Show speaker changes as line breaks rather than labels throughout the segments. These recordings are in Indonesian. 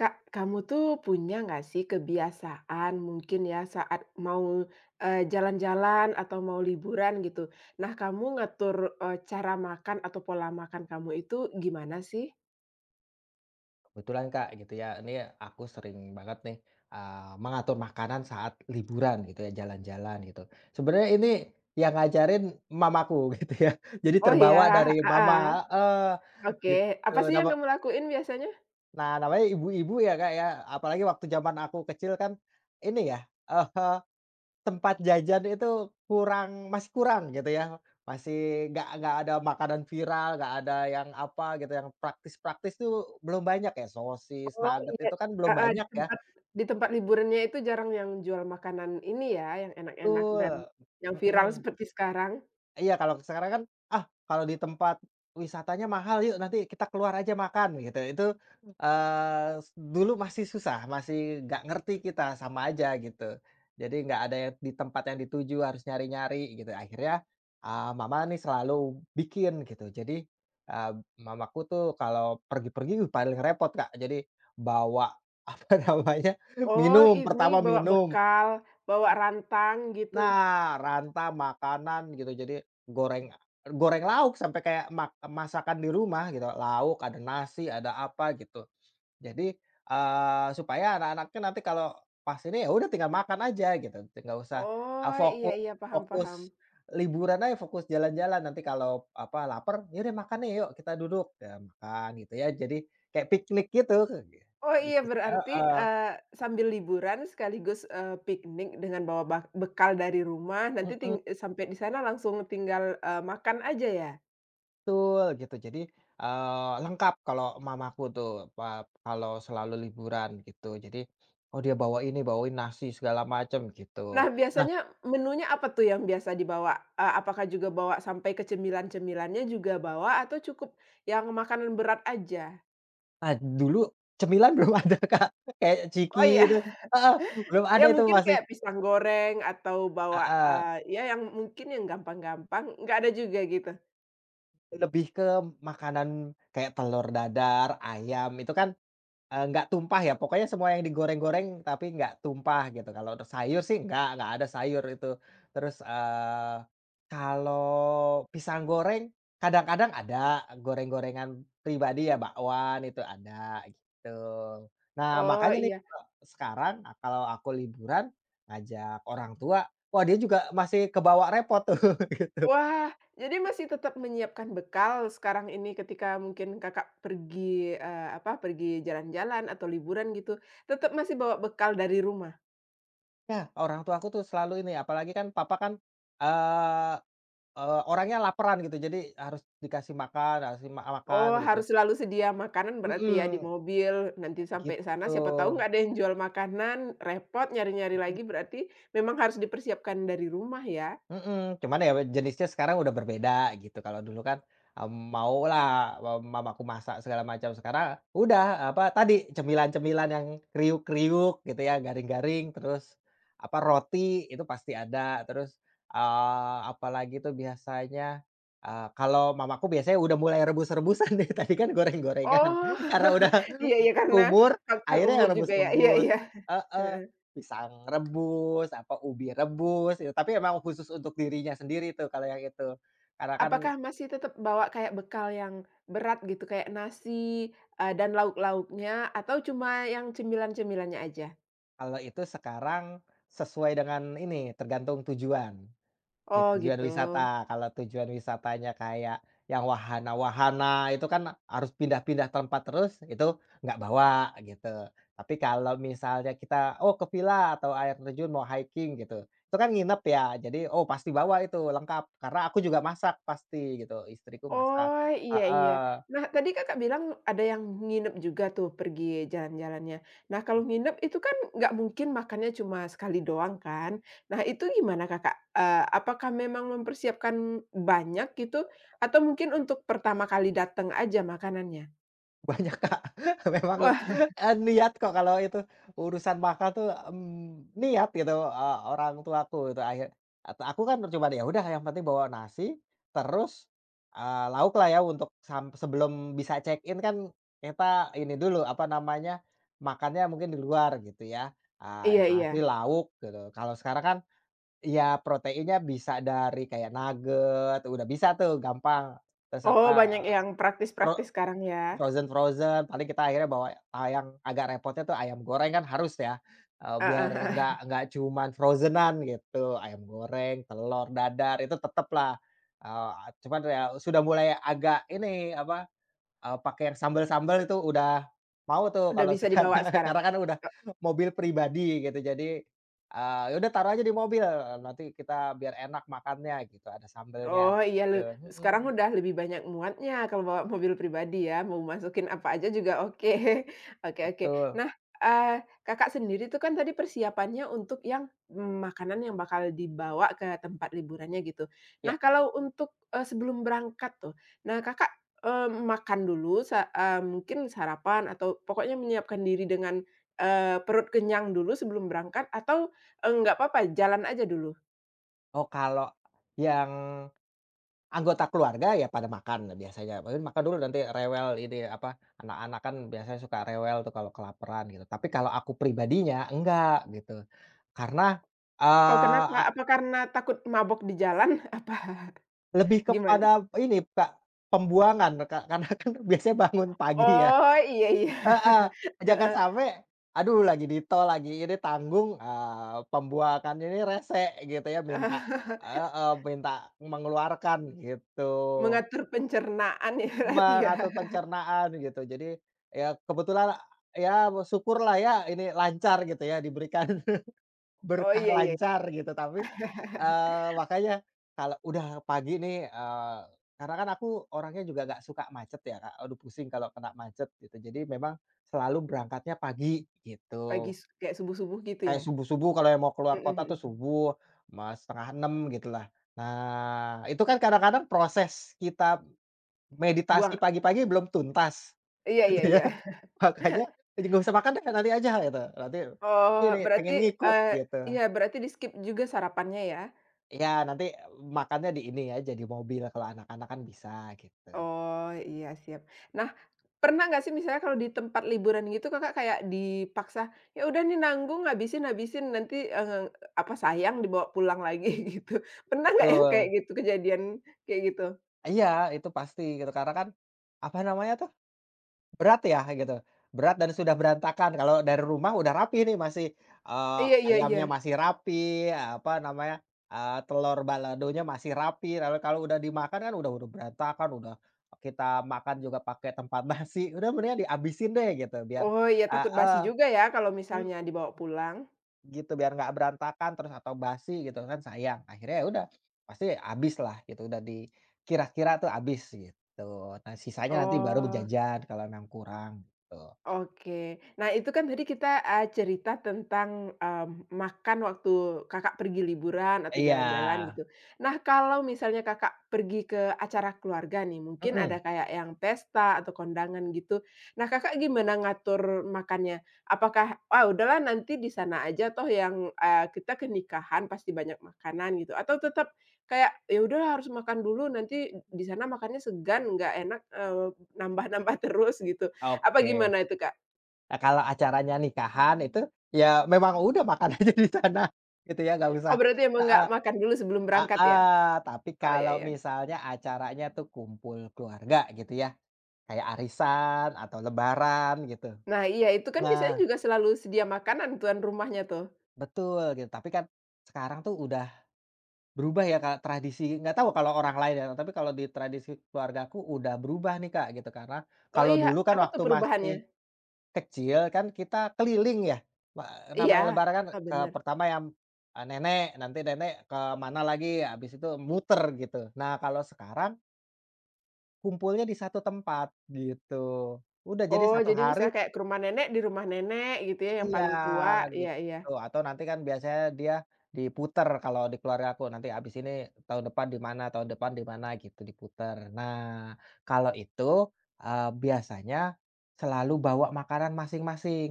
Kak, kamu tuh punya nggak sih kebiasaan mungkin ya saat mau, jalan-jalan atau mau liburan gitu. Nah, kamu ngatur, cara makan atau pola makan kamu itu gimana sih?
Kebetulan Kak, gitu ya, ini aku sering banget nih, mengatur makanan saat liburan gitu ya, jalan-jalan gitu. Sebenarnya ini yang ngajarin mamaku gitu ya, jadi
Oh ya,
terbawa dari mama.
ah,
Heeh,
oke.
gitu.
Apa sih
Nama
yang kamu lakuin biasanya?
nah namanya ibu-ibu ya Kak ya, apalagi waktu zaman aku kecil kan ini ya. Tempat jajan itu masih kurang gitu ya, masih nggak ada makanan viral, nggak ada yang apa gitu, yang praktis-praktis tuh belum banyak ya, sosis,
Oh
nugget
iya,
itu kan belum
heeh,
banyak ya.
di tempat liburannya itu jarang yang jual makanan ini ya, yang enak-enak dan
Betul,
yang viral
mhm.
seperti sekarang?
Iya, kalau sekarang kan, "Ah, kalau di tempat wisatanya mahal, yuk nanti kita keluar aja makan," gitu. Itu, eee, s dulu masih susah, masih nggak ngerti kita, sama aja gitu. Jadi nggak ada yang di tempat yang dituju, harus nyari-nyari gitu. Akhirnya, mama nih selalu bikin gitu. Jadi, eee, mamaku tuh kalau pergi-pergi paling repot, Kak. Jadi bawa, apa namanya,
Oh,
minum,
ini
pertama
bawa
minum.
bekal, bawa rantang gitu?
Nah, makanan gitu, jadi goreng goreng lauk sampai kayak masakan di rumah gitu, lauk, ada nasi, ada apa gitu. Jadi, supaya anak-anaknya nanti kalau pas ini, ya udah tinggal makan aja gitu, nggak usah, eee,
Oh, iya
fokus
iya, paham
fokus
paham.
liburan aja, fokus jalan-jalan, nanti kalau apa, lapar, "Ya udah makan nih, yuk kita duduk." Ya makan gitu ya, jadi kayak piknik gitu,
Oh iya,
gitu,
berarti,
heeh.
sambil liburan sekaligus, piknik dengan bawa bak bekal dari rumah, nanti ting sampai di sana langsung tinggal, makan aja ya?
Betul gitu. Jadi, lengkap kalau mamaku tuh, eee, kalau selalu liburan gitu. Jadi, oh dia bawa ini, bawain nasi segala macam gitu.
Nah,
Nah,
biasanya menunya apa tuh yang biasa dibawa? Apakah juga bawa sampai ke cemilan-cemilannya juga bawa atau cukup yang makanan berat aja?
ah, dulu cemilan belum ada Kak, kayak ciki
Oh iya,
itu, heeh, belum ada
ya
itu
mungkin
masih,
kayak pisang goreng atau bawa,
heeh,
ya yang mungkin yang gampang-gampang, nggak ada juga gitu?
lebih ke makanan kayak telur dadar, ayam itu kan nggak tumpah ya, pokoknya semua yang digoreng-goreng tapi nggak tumpah gitu. Kalau untuk sayur sih nggak ada sayur itu. Terus, kalau pisang goreng kadang-kadang ada goreng-gorengan pribadi ya, bakwan itu ada gitu. Nah
Oh,
makanya nih
iya.
kalau sekarang kalau aku liburan ngajak orang tua, wah dia juga masih kebawa repot tuh.
Wah, jadi masih tetap menyiapkan bekal sekarang ini ketika mungkin Kakak pergi, apa, pergi jalan-jalan atau liburan gitu, tetap masih bawa bekal dari rumah?
Ya, orang tua aku tuh selalu ini apalagi kan papa kan, eee Eee, orangnya laparan gitu, jadi harus dikasih makan, harus makan
Oh,
gitu.
harus selalu sedia makanan berarti ya di
Mhm,
mobil, nanti sampai sana siapa tahu
gitu.
nggak ada yang jual makanan, repot nyari-nyari lagi, berarti memang harus dipersiapkan dari rumah ya?
Mhm, cuman ya jenisnya sekarang udah berbeda gitu. Kalau dulu kan, maulah, mamaku masak segala macam. Sekarang udah apa tadi cemilan-cemilan yang kriuk-kriuk gitu ya, garing-garing, terus apa roti itu pasti ada. Terus, apalagi tuh biasanya, kalau mamaku biasanya udah mulai rebus-rebusan nih, tadi kan goreng-gorengan.
Oh,
Karena udah
iya iya, karena
umur
faktor
akhirnya yang
umur juga ya, iya
rebus-rebus.
iya.
Heeh. Pisang rebus, apa, ubi rebus, itu tapi emang khusus untuk dirinya sendiri tuh kalau yang itu. Karena kan
Apakah masih tetap bawa kayak bekal yang berat gitu, kayak nasi, dan lauk-lauknya atau cuma yang cemilan-cemilannya aja?
kalau itu sekarang sesuai dengan ini, tergantung tujuan. Oke,
Oh
tujuan
gitu.
wisata. Kalau tujuan wisatanya kayak yang wahana-wahana itu kan harus pindah-pindah tempat terus, itu nggak bawa gitu. Tapi kalau misalnya kita, oh ke Villa atau air terjun mau hiking gitu, itu kan nginep ya, jadi oh pasti bawa itu lengkap, karena aku juga masak pasti gitu, istriku masak.
Oh, iya iya.
Heeh.
Nah, tadi Kakak bilang ada yang nginep juga tuh pergi jalan-jalannya. Nah, kalau nginep itu kan nggak mungkin makannya cuma sekali doang kan. Nah, itu gimana Kakak? Apakah memang mempersiapkan banyak gitu atau mungkin untuk pertama kali datang aja makanannya?
Banyak, Kak. Memang,
Wah,
niat kok kalau itu urusan makan tuh, niat gitu, orang tuaku itu atau aku kan cuman ya udah yang penting bawa nasi terus, lauk lah ya untuk sebelum bisa check in kan kita ini dulu, apa namanya, makannya mungkin di luar gitu ya,
iya iya.
nasi, lauk gitu. Kalau sekarang kan ya proteinnya bisa dari kayak nugget, udah bisa tuh gampang, terus
Oh,
apa
banyak yang praktis-praktis sekarang ya?
Frozen-frozen, paling kita akhirnya bawa, ah, yang agak repotnya tuh ayam goreng kan harus ya, biar
Heeh heeh.
nggak cuman frozen-an gitu, ayam goreng, telur dadar itu tetep lah, eee, cuman ya sudah mulai agak ini, apa, pakai yang sambel-sambel itu udah mau tuh
Udah
kalau
bisa
sekarang,
dibawa sekarang?
karena kan udah mobil pribadi gitu jadi, ya udah taruh aja di mobil, nanti kita biar enak makannya gitu, ada sambelnya
Oh iya le
gitu,
sekarang
mhm,
udah lebih banyak muatnya kalau bawa mobil pribadi ya, mau masukin apa aja juga oke. Oke oke.
betul,
Nah, Kakak sendiri tuh kan tadi persiapannya untuk yang, makanan yang bakal dibawa ke tempat liburannya gitu.
ya.
Nah kalau untuk, sebelum berangkat tuh, nah Kakak, makan dulu sa mungkin sarapan atau pokoknya menyiapkan diri dengan, perut kenyang dulu sebelum berangkat atau, nggak apa-apa jalan aja dulu?
Oh, kalau yang anggota keluarga ya pada makan biasanya, paling makan dulu nanti rewel ini apa, anak-anak kan biasanya suka rewel tuh kalau kelaparan gitu. Tapi kalau aku pribadinya enggak gitu. Karena,
Oh
eee,
kenapa?
a
Apa karena takut mabok di jalan? Apa
lebih
gimana?
kepada ini Kak, pembuangan Kak, karena kan biasanya bangun pagi ya,
Oh iya iya.
heeh, jangan
Heeh.
sampai, aduh lagi ditol lagi ini tanggung, pembuangan ini rese gitu ya minta, heeh, minta mengeluarkan gitu.
Mengatur pencernaan ya berarti ya.
Mengatur pencernaan gitu. Jadi, ya kebetulan ya syukurlah ya ini lancar gitu ya, diberikan
Oh
berkah
iya iya.
lancar gitu. Tapi, makanya kalau udah pagi nih, karena kan aku orangnya juga nggak suka macet ya, Kak, aduh pusing kalau kena macet gitu. Jadi memang selalu berangkatnya pagi gitu.
Pagi s kayak subuh-subuh gitu
Kayak
ya?
subuh-subuh kalau yang mau keluar
Mhm
kota tuh
mhm.
subuh, mas ma 5.30 gitulah. Nah, itu kan kadang-kadang proses kita
Buang
meditasi pagi-pagi belum tuntas.
iya iya
Iya,
iya.
makanya, "Ih, nggak usah makan deh, nanti aja," gitu. Nanti
Oh
ini, pengen
berarti,
ngikut
eee, iya
gitu.
berarti di-skip juga sarapannya ya?
Iya, nanti makannya di ini aja, di mobil kalau anak-anak kan bisa gitu.
Oh, iya, siap. Nah, pernah nggak sih misalnya kalau di tempat liburan gitu Kakak kayak dipaksa, "Ya udah nih nanggung, habisin habisin, nanti, apa, sayang dibawa pulang lagi," gitu. Pernah nggak yang kayak
Betul.
gitu, kejadian kayak gitu?
Iya, itu pasti gitu, karena kan, apa namanya tuh, berat ya, gitu? Berat dan sudah berantakan, kalau dari rumah udah rapi nih masih,
Iya iya iya.
ayamnya masih rapi, apa namanya, telur baladonya masih rapi, lalu kalau udah dimakan kan udah berantakan, udah kita makan juga pakai tempat nasi, udah mendingan dihabisin deh gitu biar,
Oh, iya, takut basi
heeh,
juga ya kalau
mmm,
misalnya dibawa pulang.
gitu, biar nggak berantakan terus atau basi gitu kan sayang. Akhirnya ya udah, pasti habis lah gitu, udah dikira-kira tuh habis gitu. Nah sisanya nanti baru
Oh.
berjajan kalau memang kurang, gitu.
Oke. Nah, itu kan tadi kita, cerita tentang, makan waktu Kakak pergi liburan atau
Iya,
jalan-jalan gitu. Nah, kalau misalnya Kakak pergi ke acara keluarga nih, mungkin
mhm,
ada kayak yang pesta atau kondangan gitu. Nah, Kakak gimana ngatur makannya? Apakah, "Ah, udahlah nanti di sana aja toh yang, kita ke nikahan pasti banyak makanan," gitu, atau tetap kayak, "Ya udahlah harus makan dulu nanti di sana makannya segan, nggak enak, nambah-nambah terus," gitu? Apa
oke.
gimana itu, Kak?
Nah, kalau acaranya nikahan itu, ya memang udah makan aja di sana, gitu ya, nggak
Oh,
usah,
berarti emang nggak
heeh,
makan dulu sebelum berangkat ya?
heeh. Tapi
Oh, iya
kalau
iya.
misalnya acaranya tuh kumpul keluarga gitu ya, kayak arisan atau lebaran gitu.
Nah, iya itu kan biasanya
Nah,
juga selalu sedia makanan tuan rumahnya tuh.
betul gitu, tapi kan sekarang tuh udah berubah ya Kak, tradisi nggak tahu kalau orang lain ya, tapi kalau di tradisi keluargaku udah berubah nih Kak, gitu. Karena
Oh
kalau
iya,
dulu kan
apa tuh
waktu masih
perubahannya?
kecil kan kita keliling ya, me
Iya,
namanya lebaran kan,
heeh, bener.
pertama yang, nenek, nanti nenek ke mana lagi, habis itu muter gitu. Nah, kalau sekarang kumpulnya di satu tempat gitu. Udah jadi
Oh,
satu
jadi
hari,
misalnya kayak ke rumah nenek, di rumah nenek gitu ya yang
iya,
paling tua, iya iya.
gitu. Atau nanti kan biasanya dia diputer kalau di keluarga aku, nanti habis ini tahun depan di mana tahun depan di mana gitu, diputer. Nah, kalau itu, biasanya selalu bawa makanan masing-masing.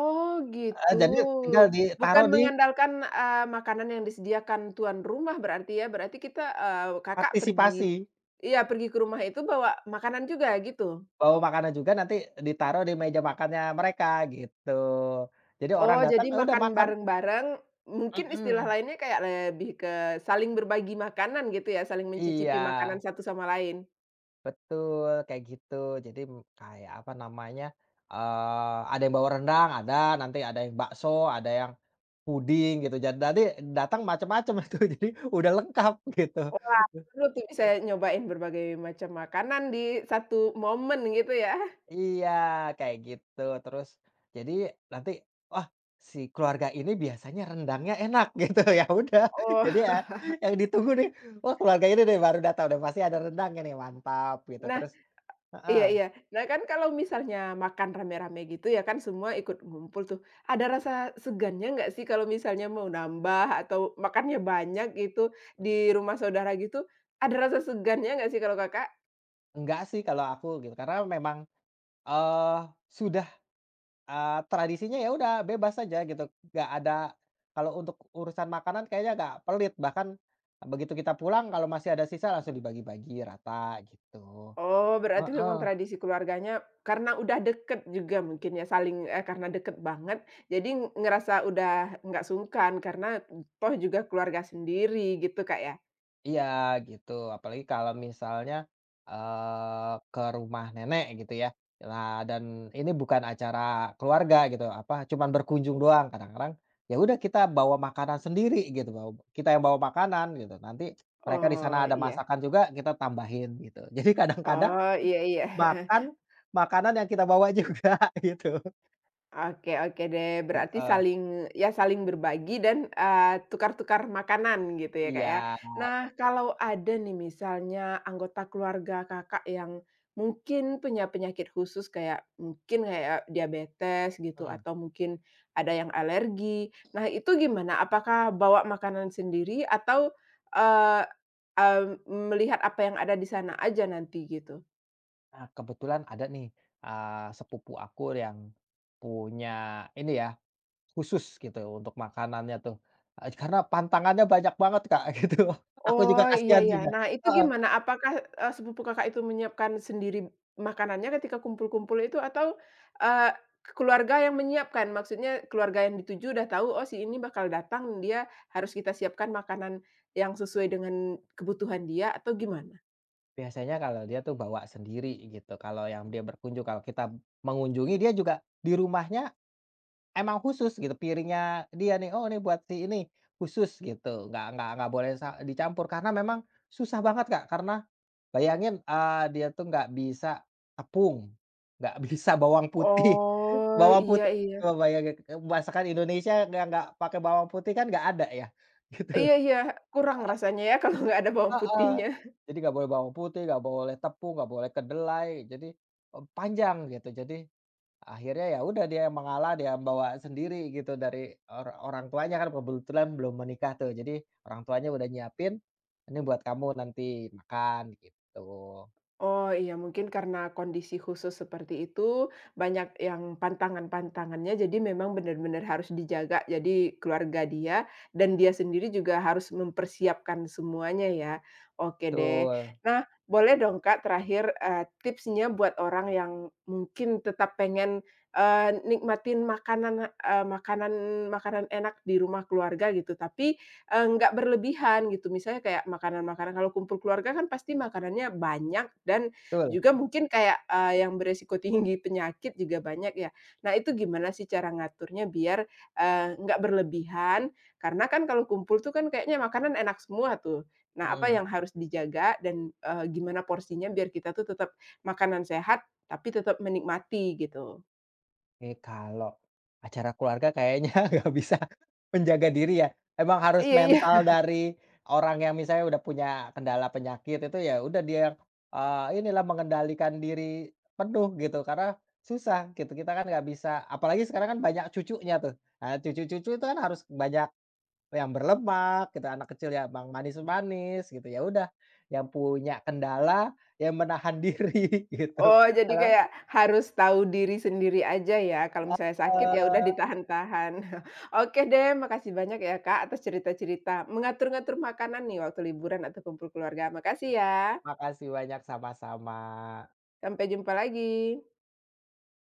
Oh, gitu.
Jadi tinggal ditaruh
Bukan
di
mengandalkan, makanan yang disediakan tuan rumah berarti ya, berarti kita eee, Kakak pergi
partisipasi,
iya, pergi ke rumah itu bawa makanan juga gitu?
bawa makanan juga nanti ditaruh di meja makannya mereka gitu. Jadi orang
Oh,
datang,
jadi
udah
makan
makan.
bareng-bareng, mungkin istilah
Mhm.
lainnya kayak lebih ke saling berbagi makanan gitu ya, saling
Iya,
mencicipi makanan satu sama lain?
betul kayak gitu. Jadi kayak apa namanya, ada yang bawa rendang, ada, nanti ada yang bakso, ada yang puding gitu. Jadi nanti datang macam-macam itu, jadi udah lengkap gitu.
Wah, seru tuh bisa nyobain berbagai macam makanan di satu momen gitu ya?
Iya, kayak gitu. Terus jadi nanti, wah, si keluarga ini biasanya rendangnya enak, gitu, ya udah.
Oh,
Jadi ya yang ditunggu nih, wah keluarga ini deh baru datang, udah pasti ada rendangnya nih, mantap gitu.
nah
Terus, heeh,
iya iya. Nah, kan kalau misalnya makan rame-rame gitu ya kan semua ikut ngumpul tuh, ada rasa segannya nggak sih kalau misalnya mau nambah atau makannya banyak gitu, di rumah saudara gitu, ada rasa segannya nggak sih kalau Kakak?
enggak sih kalau aku gitu, karena memang, eee, sudah, tradisinya ya udah bebas aja gitu, nggak ada kalau untuk urusan makanan kayaknya nggak pelit, bahkan begitu kita pulang kalau masih ada sisa langsung dibagi-bagi rata gitu.
Oh, berarti memang
Heeh.
tradisi keluarganya karena udah deket juga mungkin ya, saling eee, karena deket banget, jadi ng- ngerasa udah nggak sungkan karena toh juga keluarga sendiri gitu, Kak, ya?
Iya gitu, apalagi kalau misalnya, ke rumah nenek gitu ya. Nah dan ini bukan acara keluarga gitu, apa, cuman berkunjung doang. Kadang-kadang ya udah kita bawa makanan sendiri gitu, bawa kita yang bawa makanan gitu. Nanti mereka di sana
Oh,
ada
iya.
masakan juga, kita tambahin gitu. Jadi kadang-kadang
Oh, iya iya,
makan makanan yang kita bawa juga gitu.
Oke oke deh, berarti
Heeh,
saling ya saling berbagi dan, tukar-tukar makanan gitu ya, Kak, ya.
iya,
Nah, kalau ada nih misalnya anggota keluarga Kakak yang mungkin punya penyakit khusus kayak mungkin kayak diabetes gitu
mhm.
atau mungkin ada yang alergi. Nah, itu gimana? Apakah bawa makanan sendiri atau, eee, melihat apa yang ada di sana aja nanti gitu?
Nah kebetulan ada nih, sepupu aku yang punya ini ya, khusus gitu untuk makanannya tuh, karena pantangannya banyak banget, Kak, gitu. Aku juga
Oh, iya
kasihan
iya.
juga,
Nah, itu
heeh,
gimana? Apakah, sepupu Kakak itu menyiapkan sendiri makanannya ketika kumpul-kumpul itu atau, eee, keluarga yang menyiapkan? Maksudnya keluarga yang dituju udah tahu, "Oh, si ini bakal datang, dia harus kita siapkan makanan yang sesuai dengan kebutuhan dia," atau gimana?
biasanya kalau dia tuh bawa sendiri gitu, kalau yang dia berkunjung, kalau kita mengunjungi dia juga di rumahnya emang khusus gitu, piringnya dia nih, "Oh, ini buat si ini," khusus gitu, nggak boleh dicampur karena memang susah banget, Kak, karena bayangin, dia tuh nggak bisa tepung, nggak bisa bawang putih.
Oh,
Bawang
iya
putih
iya.
coba bayangin, masakan Indonesia yang nggak pakai bawang putih kan nggak ada ya, gitu.
Iya iya, kurang rasanya ya kalau nggak ada bawang
Heeh,
putihnya.
jadi nggak boleh bawang putih, nggak boleh tepung, nggak boleh kedelai, jadi, panjang gitu. Jadi akhirnya ya udah dia yang mengalah, dia yang bawa sendiri gitu dari orang tuanya kan kebetulan belum menikah tuh, jadi orang tuanya udah nyiapin, "Ini buat kamu nanti makan," gitu.
Oh iya mungkin karena kondisi khusus seperti itu, banyak yang pantangan-pantangannya jadi memang benar-benar harus dijaga. Jadi keluarga dia dan dia sendiri juga harus mempersiapkan semuanya ya. Oke deh.
Betul,
Nah, boleh dong Kak terakhir, tipsnya buat orang yang mungkin tetap pengen, nikmatin makanan, makanan makanan enak di rumah keluarga gitu, tapi nggak berlebihan gitu, misalnya kayak makanan-makanan kalau kumpul keluarga kan pasti makanannya banyak dan
betul,
juga mungkin kayak, yang beresiko tinggi penyakit juga banyak ya. Nah itu gimana sih cara ngaturnya biar, nggak berlebihan? Karena kan kalau kumpul tuh kan kayaknya makanan enak semua tuh. Nah apa
mhm.
yang harus dijaga dan, gimana porsinya biar kita tuh tetap makanan sehat, tapi tetap menikmati gitu?
Oke, kalau acara keluarga kayaknya nggak bisa menjaga diri ya. Emang harus
Iya iya.
mental dari orang yang misalnya udah punya kendala penyakit itu ya udah dia yang, inilah mengendalikan diri penuh gitu, karena susah gitu, kita kan nggak bisa apalagi sekarang kan banyak cucunya tuh. Nah, cucu-cucu itu kan harus banyak yang berlemak gitu, anak kecil ya yang manis-manis gitu, ya udah yang punya kendala, yang menahan diri gitu.
Oh, jadi
Kalau
kayak harus tahu diri sendiri aja ya, kalau
eh,
misalnya sakit ya udah ditahan-tahan. Oke deh, makasih banyak ya Kak atas cerita-cerita mengatur-ngatur makanan nih waktu liburan atau kumpul keluarga. Makasih ya,
Makasih banyak, sama-sama.
sampai jumpa lagi.